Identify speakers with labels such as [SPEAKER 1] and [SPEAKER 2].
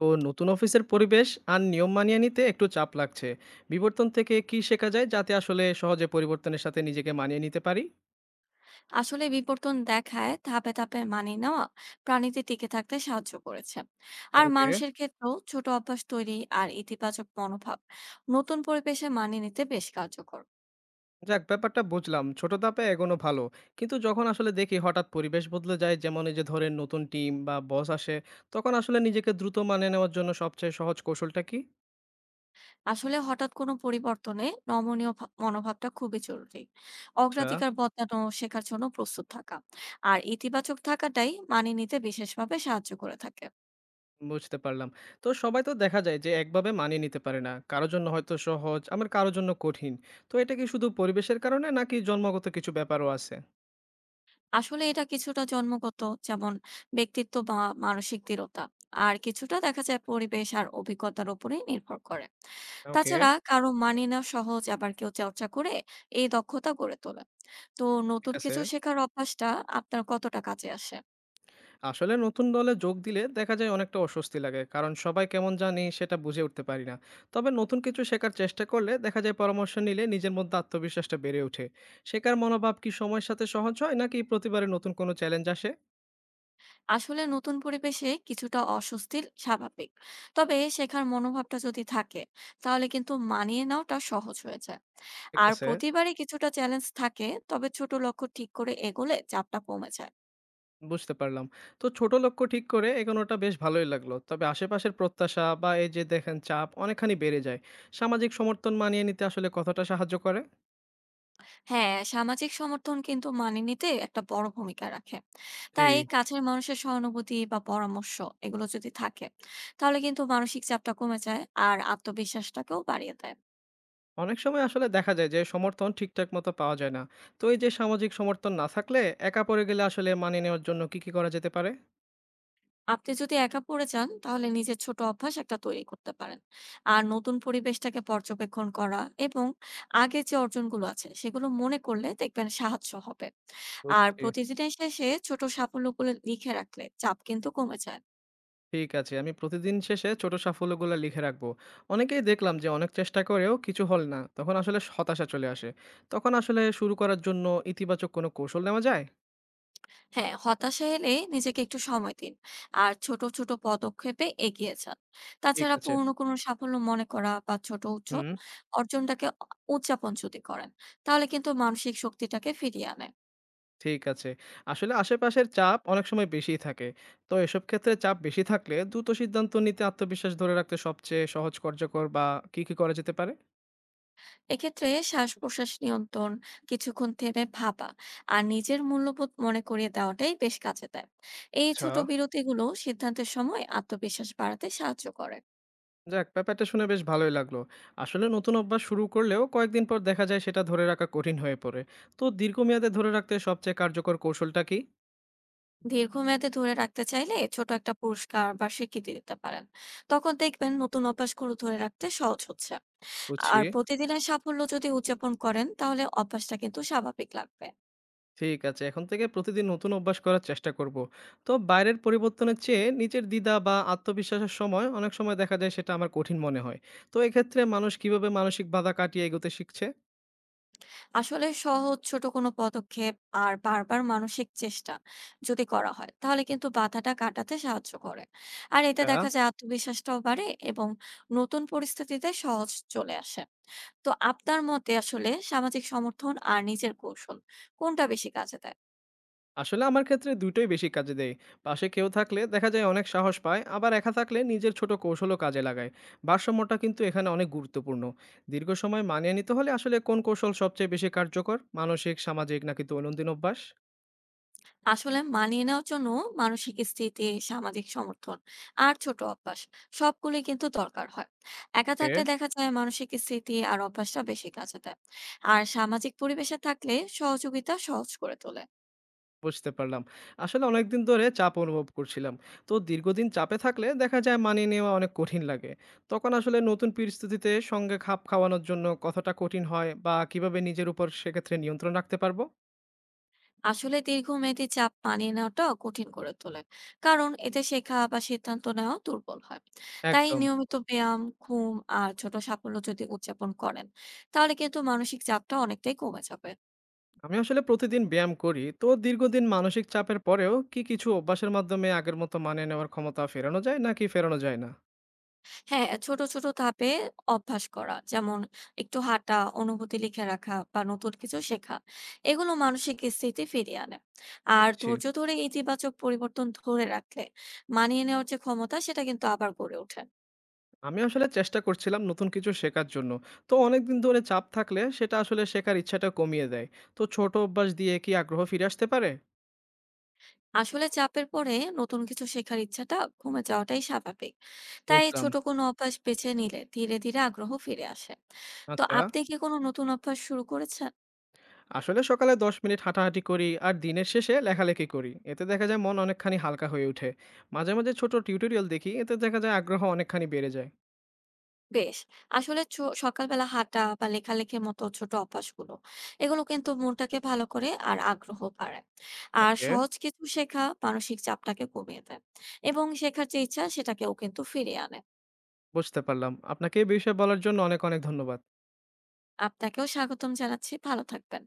[SPEAKER 1] তো নতুন অফিসের পরিবেশ আর নিয়ম মানিয়ে নিতে একটু চাপ লাগছে। বিবর্তন থেকে কি শেখা যায় যাতে আসলে সহজে পরিবর্তনের সাথে নিজেকে মানিয়ে নিতে পারি?
[SPEAKER 2] আসলে বিবর্তন দেখায় ধাপে ধাপে মানিয়ে নেওয়া প্রাণীতে টিকে থাকতে সাহায্য করেছে। আর
[SPEAKER 1] ওকে।
[SPEAKER 2] মানুষের ক্ষেত্রেও ছোট অভ্যাস তৈরি আর ইতিবাচক মনোভাব নতুন পরিবেশে মানিয়ে নিতে বেশ কার্যকর।
[SPEAKER 1] যাক, ব্যাপারটা বুঝলাম, ছোট ধাপে এগোনো ভালো। কিন্তু যখন আসলে দেখি হঠাৎ পরিবেশ বদলে যায়, যেমন এই যে ধরেন নতুন টিম বা বস আসে, তখন আসলে নিজেকে দ্রুত মানিয়ে নেওয়ার জন্য সবচেয়ে সহজ কৌশলটা কি?
[SPEAKER 2] আসলে হঠাৎ কোনো পরিবর্তনে নমনীয় মনোভাবটা খুবই জরুরি,
[SPEAKER 1] আচ্ছা।
[SPEAKER 2] অগ্রাধিকার বদলানো, শেখার জন্য প্রস্তুত থাকা আর ইতিবাচক থাকাটাই মানিয়ে নিতে বিশেষভাবে সাহায্য করে থাকে।
[SPEAKER 1] বুঝতে পারলাম। তো সবাই তো দেখা যায় যে একভাবে মানিয়ে নিতে পারে না, কারোর জন্য হয়তো সহজ আমার কারোর জন্য কঠিন। তো এটা কি শুধু পরিবেশের কারণে নাকি জন্মগত কিছু ব্যাপারও আছে?
[SPEAKER 2] আসলে এটা কিছুটা জন্মগত, যেমন ব্যক্তিত্ব বা মানসিক দৃঢ়তা, আর কিছুটা দেখা যায় পরিবেশ আর অভিজ্ঞতার উপরে নির্ভর করে।
[SPEAKER 1] ওকে।
[SPEAKER 2] তাছাড়া কারো মানিয়ে নেওয়া সহজ, আবার কেউ চর্চা করে এই দক্ষতা গড়ে তোলে। তো
[SPEAKER 1] ঠিক
[SPEAKER 2] নতুন
[SPEAKER 1] আছে।
[SPEAKER 2] কিছু শেখার অভ্যাসটা আপনার কতটা কাজে আসে?
[SPEAKER 1] আসলে নতুন দলে যোগ দিলে দেখা যায় অনেকটা অস্বস্তি লাগে। কারণ সবাই কেমন জানি সেটা বুঝে উঠতে পারি না। তবে নতুন কিছু শেখার চেষ্টা করলে দেখা যায় পরামর্শ নিলে নিজের মধ্যে আত্মবিশ্বাসটা বেড়ে ওঠে। শেখার মনোভাব কি সময়ের সাথে সহজ হয় নাকি প্রতিবারে নতুন কোনো চ্যালেঞ্জ আসে?
[SPEAKER 2] আসলে নতুন পরিবেশে কিছুটা অস্বস্তির স্বাভাবিক, তবে শেখার মনোভাবটা যদি থাকে তাহলে কিন্তু মানিয়ে নেওয়াটা সহজ হয়ে যায়।
[SPEAKER 1] ঠিক
[SPEAKER 2] আর
[SPEAKER 1] আছে।
[SPEAKER 2] প্রতিবারই কিছুটা চ্যালেঞ্জ থাকে, তবে ছোট লক্ষ্য ঠিক করে এগোলে চাপটা কমে যায়।
[SPEAKER 1] বুঝতে পারলাম। তো ছোট লক্ষ্য ঠিক করে এগোনোটা বেশ ভালোই লাগলো। তবে আশেপাশের প্রত্যাশা বা এই যে দেখেন চাপ অনেকখানি বেড়ে যায়। সামাজিক সমর্থন মানিয়ে নিতে আসলে কতটা সাহায্য করে?
[SPEAKER 2] হ্যাঁ, সামাজিক সমর্থন কিন্তু মানিয়ে নিতে একটা বড় ভূমিকা রাখে।
[SPEAKER 1] জি।
[SPEAKER 2] তাই কাছের মানুষের সহানুভূতি বা পরামর্শ, এগুলো যদি থাকে তাহলে কিন্তু মানসিক চাপটা কমে যায় আর আত্মবিশ্বাসটাকেও বাড়িয়ে দেয়।
[SPEAKER 1] অনেক সময় আসলে দেখা যায় যে সমর্থন ঠিকঠাক মতো পাওয়া যায় না। তো এই যে সামাজিক সমর্থন না থাকলে একা পড়ে গেলে আসলে মানিয়ে নেওয়ার জন্য কি করা যেতে পারে?
[SPEAKER 2] আপনি যদি একা পড়ে যান তাহলে নিজের ছোট অভ্যাস একটা তৈরি করতে পারেন, আর নতুন পরিবেশটাকে পর্যবেক্ষণ করা, এবং আগের যে অর্জনগুলো আছে সেগুলো মনে করলে দেখবেন সাহায্য হবে। আর
[SPEAKER 1] বুঝছি।
[SPEAKER 2] প্রতিদিনের শেষে ছোট সাফল্যগুলো লিখে রাখলে চাপ কিন্তু কমে যায়।
[SPEAKER 1] ঠিক আছে। আমি প্রতিদিন শেষে ছোট সাফল্যগুলো লিখে রাখবো। অনেকেই দেখলাম যে অনেক চেষ্টা করেও কিছু হল না। তখন আসলে হতাশা চলে আসে। তখন আসলে শুরু করার জন্য ইতিবাচক কোনো কৌশল নেওয়া যায়?
[SPEAKER 2] হ্যাঁ, হতাশা এলে নিজেকে একটু সময় দিন আর ছোট ছোট পদক্ষেপে এগিয়ে যান।
[SPEAKER 1] ঠিক
[SPEAKER 2] তাছাড়া
[SPEAKER 1] আছে।
[SPEAKER 2] পুরনো কোনো সাফল্য মনে করা বা ছোট উচ্চ
[SPEAKER 1] হুম।
[SPEAKER 2] অর্জনটাকে উদযাপন যদি করেন তাহলে কিন্তু মানসিক শক্তিটাকে ফিরিয়ে আনে।
[SPEAKER 1] ঠিক আছে। আসলে আশেপাশের চাপ অনেক সময় বেশিই থাকে। তো এসব ক্ষেত্রে চাপ বেশি থাকলে দ্রুত সিদ্ধান্ত নিতে আত্মবিশ্বাস ধরে রাখতে সবচেয়ে সহজ কার্যকর বা কি করা যেতে পারে?
[SPEAKER 2] এক্ষেত্রে শ্বাস প্রশ্বাস নিয়ন্ত্রণ, কিছুক্ষণ থেমে ভাবা আর নিজের মূল্যবোধ মনে করিয়ে দেওয়াটাই বেশ কাজে দেয়। এই
[SPEAKER 1] আচ্ছা।
[SPEAKER 2] ছোট বিরতিগুলো সিদ্ধান্তের সময় আত্মবিশ্বাস বাড়াতে সাহায্য করে।
[SPEAKER 1] যাক, ব্যাপারটা শুনে বেশ ভালোই লাগলো। আসলে নতুন অভ্যাস শুরু করলেও কয়েকদিন পর দেখা যায় সেটা ধরে রাখা কঠিন হয়ে পড়ে। তো দীর্ঘমেয়াদে ধরে রাখতে সবচেয়ে কার্যকর কৌশলটা কি?
[SPEAKER 2] দীর্ঘমেয়াদে ধরে রাখতে চাইলে ছোট একটা পুরস্কার বা স্বীকৃতি দিতে পারেন, তখন দেখবেন নতুন অভ্যাসগুলো ধরে রাখতে সহজ হচ্ছে।
[SPEAKER 1] বুঝছি।
[SPEAKER 2] আর প্রতিদিনের সাফল্য যদি উদযাপন করেন তাহলে অভ্যাসটা কিন্তু স্বাভাবিক লাগবে।
[SPEAKER 1] ঠিক আছে। এখন থেকে প্রতিদিন নতুন অভ্যাস করার চেষ্টা করব। তো বাইরের পরিবর্তনের চেয়ে নিজের দ্বিধা বা আত্মবিশ্বাসের সময় অনেক সময় দেখা যায় সেটা আমার কঠিন মনে হয়। তো এক্ষেত্রে মানুষ কিভাবে মানসিক বাধা কাটিয়ে এগোতে শিখছে?
[SPEAKER 2] আসলে সহজ ছোট কোনো পদক্ষেপ আর বারবার মানসিক চেষ্টা যদি করা হয় তাহলে কিন্তু বাধাটা কাটাতে সাহায্য করে। আর এতে
[SPEAKER 1] আচ্ছা।
[SPEAKER 2] দেখা যায় আত্মবিশ্বাসটাও বাড়ে এবং নতুন পরিস্থিতিতে সহজ চলে আসে। তো আপনার মতে আসলে সামাজিক সমর্থন আর নিজের কৌশল কোনটা বেশি কাজে দেয়?
[SPEAKER 1] আসলে আমার ক্ষেত্রে ২ টোই বেশি কাজে দেয়। পাশে কেউ থাকলে দেখা যায় অনেক সাহস পায়, আবার একা থাকলে নিজের ছোট কৌশলও কাজে লাগায়। ভারসাম্যটা কিন্তু এখানে অনেক গুরুত্বপূর্ণ। দীর্ঘ সময় মানিয়ে নিতে হলে আসলে কোন কৌশল সবচেয়ে বেশি কার্যকর? মানসিক, সামাজিক নাকি দৈনন্দিন অভ্যাস?
[SPEAKER 2] আসলে মানিয়ে নেওয়ার জন্য মানসিক স্থিতি, সামাজিক সমর্থন আর ছোট অভ্যাস সবগুলি কিন্তু দরকার হয়। একা
[SPEAKER 1] ওকে।
[SPEAKER 2] থাকলে দেখা যায় মানসিক স্থিতি আর অভ্যাসটা বেশি কাজে দেয়, আর সামাজিক পরিবেশে থাকলে সহযোগিতা সহজ করে তোলে।
[SPEAKER 1] বুঝতে পারলাম। আসলে অনেকদিন ধরে চাপ অনুভব করছিলাম। তো দীর্ঘদিন চাপে থাকলে দেখা যায় মানিয়ে নেওয়া অনেক কঠিন লাগে। তখন আসলে নতুন পরিস্থিতিতে সঙ্গে খাপ খাওয়ানোর জন্য কতটা কঠিন হয় বা কিভাবে নিজের উপর সেক্ষেত্রে নিয়ন্ত্রণ রাখতে পারবো?
[SPEAKER 2] আসলে দীর্ঘমেয়াদী চাপ মানিয়ে নেওয়াটা কঠিন করে তোলে, কারণ এতে শেখা বা সিদ্ধান্ত নেওয়া দুর্বল হয়। তাই
[SPEAKER 1] একদম।
[SPEAKER 2] নিয়মিত ব্যায়াম, ঘুম আর ছোট সাফল্য যদি উদযাপন করেন তাহলে কিন্তু মানসিক চাপটা অনেকটাই কমে যাবে।
[SPEAKER 1] আমি আসলে প্রতিদিন ব্যায়াম করি। তো দীর্ঘদিন মানসিক চাপের পরেও কি কিছু অভ্যাসের মাধ্যমে আগের মতো মানিয়ে নেওয়ার ক্ষমতা ফেরানো যায় নাকি ফেরানো যায় না?
[SPEAKER 2] হ্যাঁ, ছোট ছোট ধাপে অভ্যাস করা। যেমন একটু হাঁটা, অনুভূতি লিখে রাখা বা নতুন কিছু শেখা। এগুলো মানসিক স্থিতি ফিরিয়ে আনে। আর
[SPEAKER 1] বুঝছি।
[SPEAKER 2] ধৈর্য ধরে ইতিবাচক পরিবর্তন ধরে রাখলে মানিয়ে নেওয়ার যে ক্ষমতা সেটা কিন্তু আবার গড়ে ওঠে।
[SPEAKER 1] আমি আসলে চেষ্টা করছিলাম নতুন কিছু শেখার জন্য। তো অনেকদিন ধরে চাপ থাকলে সেটা আসলে শেখার ইচ্ছাটা কমিয়ে দেয়। তো ছোট অভ্যাস দিয়ে কি আগ্রহ ফিরে আসতে পারে?
[SPEAKER 2] আসলে চাপের পরে নতুন কিছু শেখার ইচ্ছাটা কমে যাওয়াটাই স্বাভাবিক। তাই
[SPEAKER 1] বুঝলাম।
[SPEAKER 2] ছোট কোনো অভ্যাস বেছে নিলে ধীরে ধীরে আগ্রহ ফিরে আসে। তো
[SPEAKER 1] আচ্ছা,
[SPEAKER 2] আপনি কি কোনো নতুন অভ্যাস শুরু করেছেন?
[SPEAKER 1] আসলে সকালে ১০ মিনিট হাঁটাহাঁটি করি আর দিনের শেষে লেখালেখি করি। এতে দেখা যায় মন অনেকখানি হালকা হয়ে ওঠে। মাঝে মাঝে ছোট টিউটোরিয়াল দেখি, এতে দেখা যায় আগ্রহ অনেকখানি বেড়ে যায়।
[SPEAKER 2] বেশ। আসলে সকালবেলা হাঁটা বা লেখালেখির মতো ছোট অভ্যাসগুলো, এগুলো কিন্তু মনটাকে ভালো করে আর আগ্রহ বাড়ায়। আর
[SPEAKER 1] ওকে,
[SPEAKER 2] সহজ কিছু শেখা মানসিক চাপটাকে কমিয়ে দেয় এবং শেখার যে ইচ্ছা সেটাকেও কিন্তু ফিরিয়ে আনে।
[SPEAKER 1] বুঝতে পারলাম। আপনাকে এই বিষয়ে বলার জন্য অনেক ধন্যবাদ।
[SPEAKER 2] আপনাকেও স্বাগতম জানাচ্ছি, ভালো থাকবেন।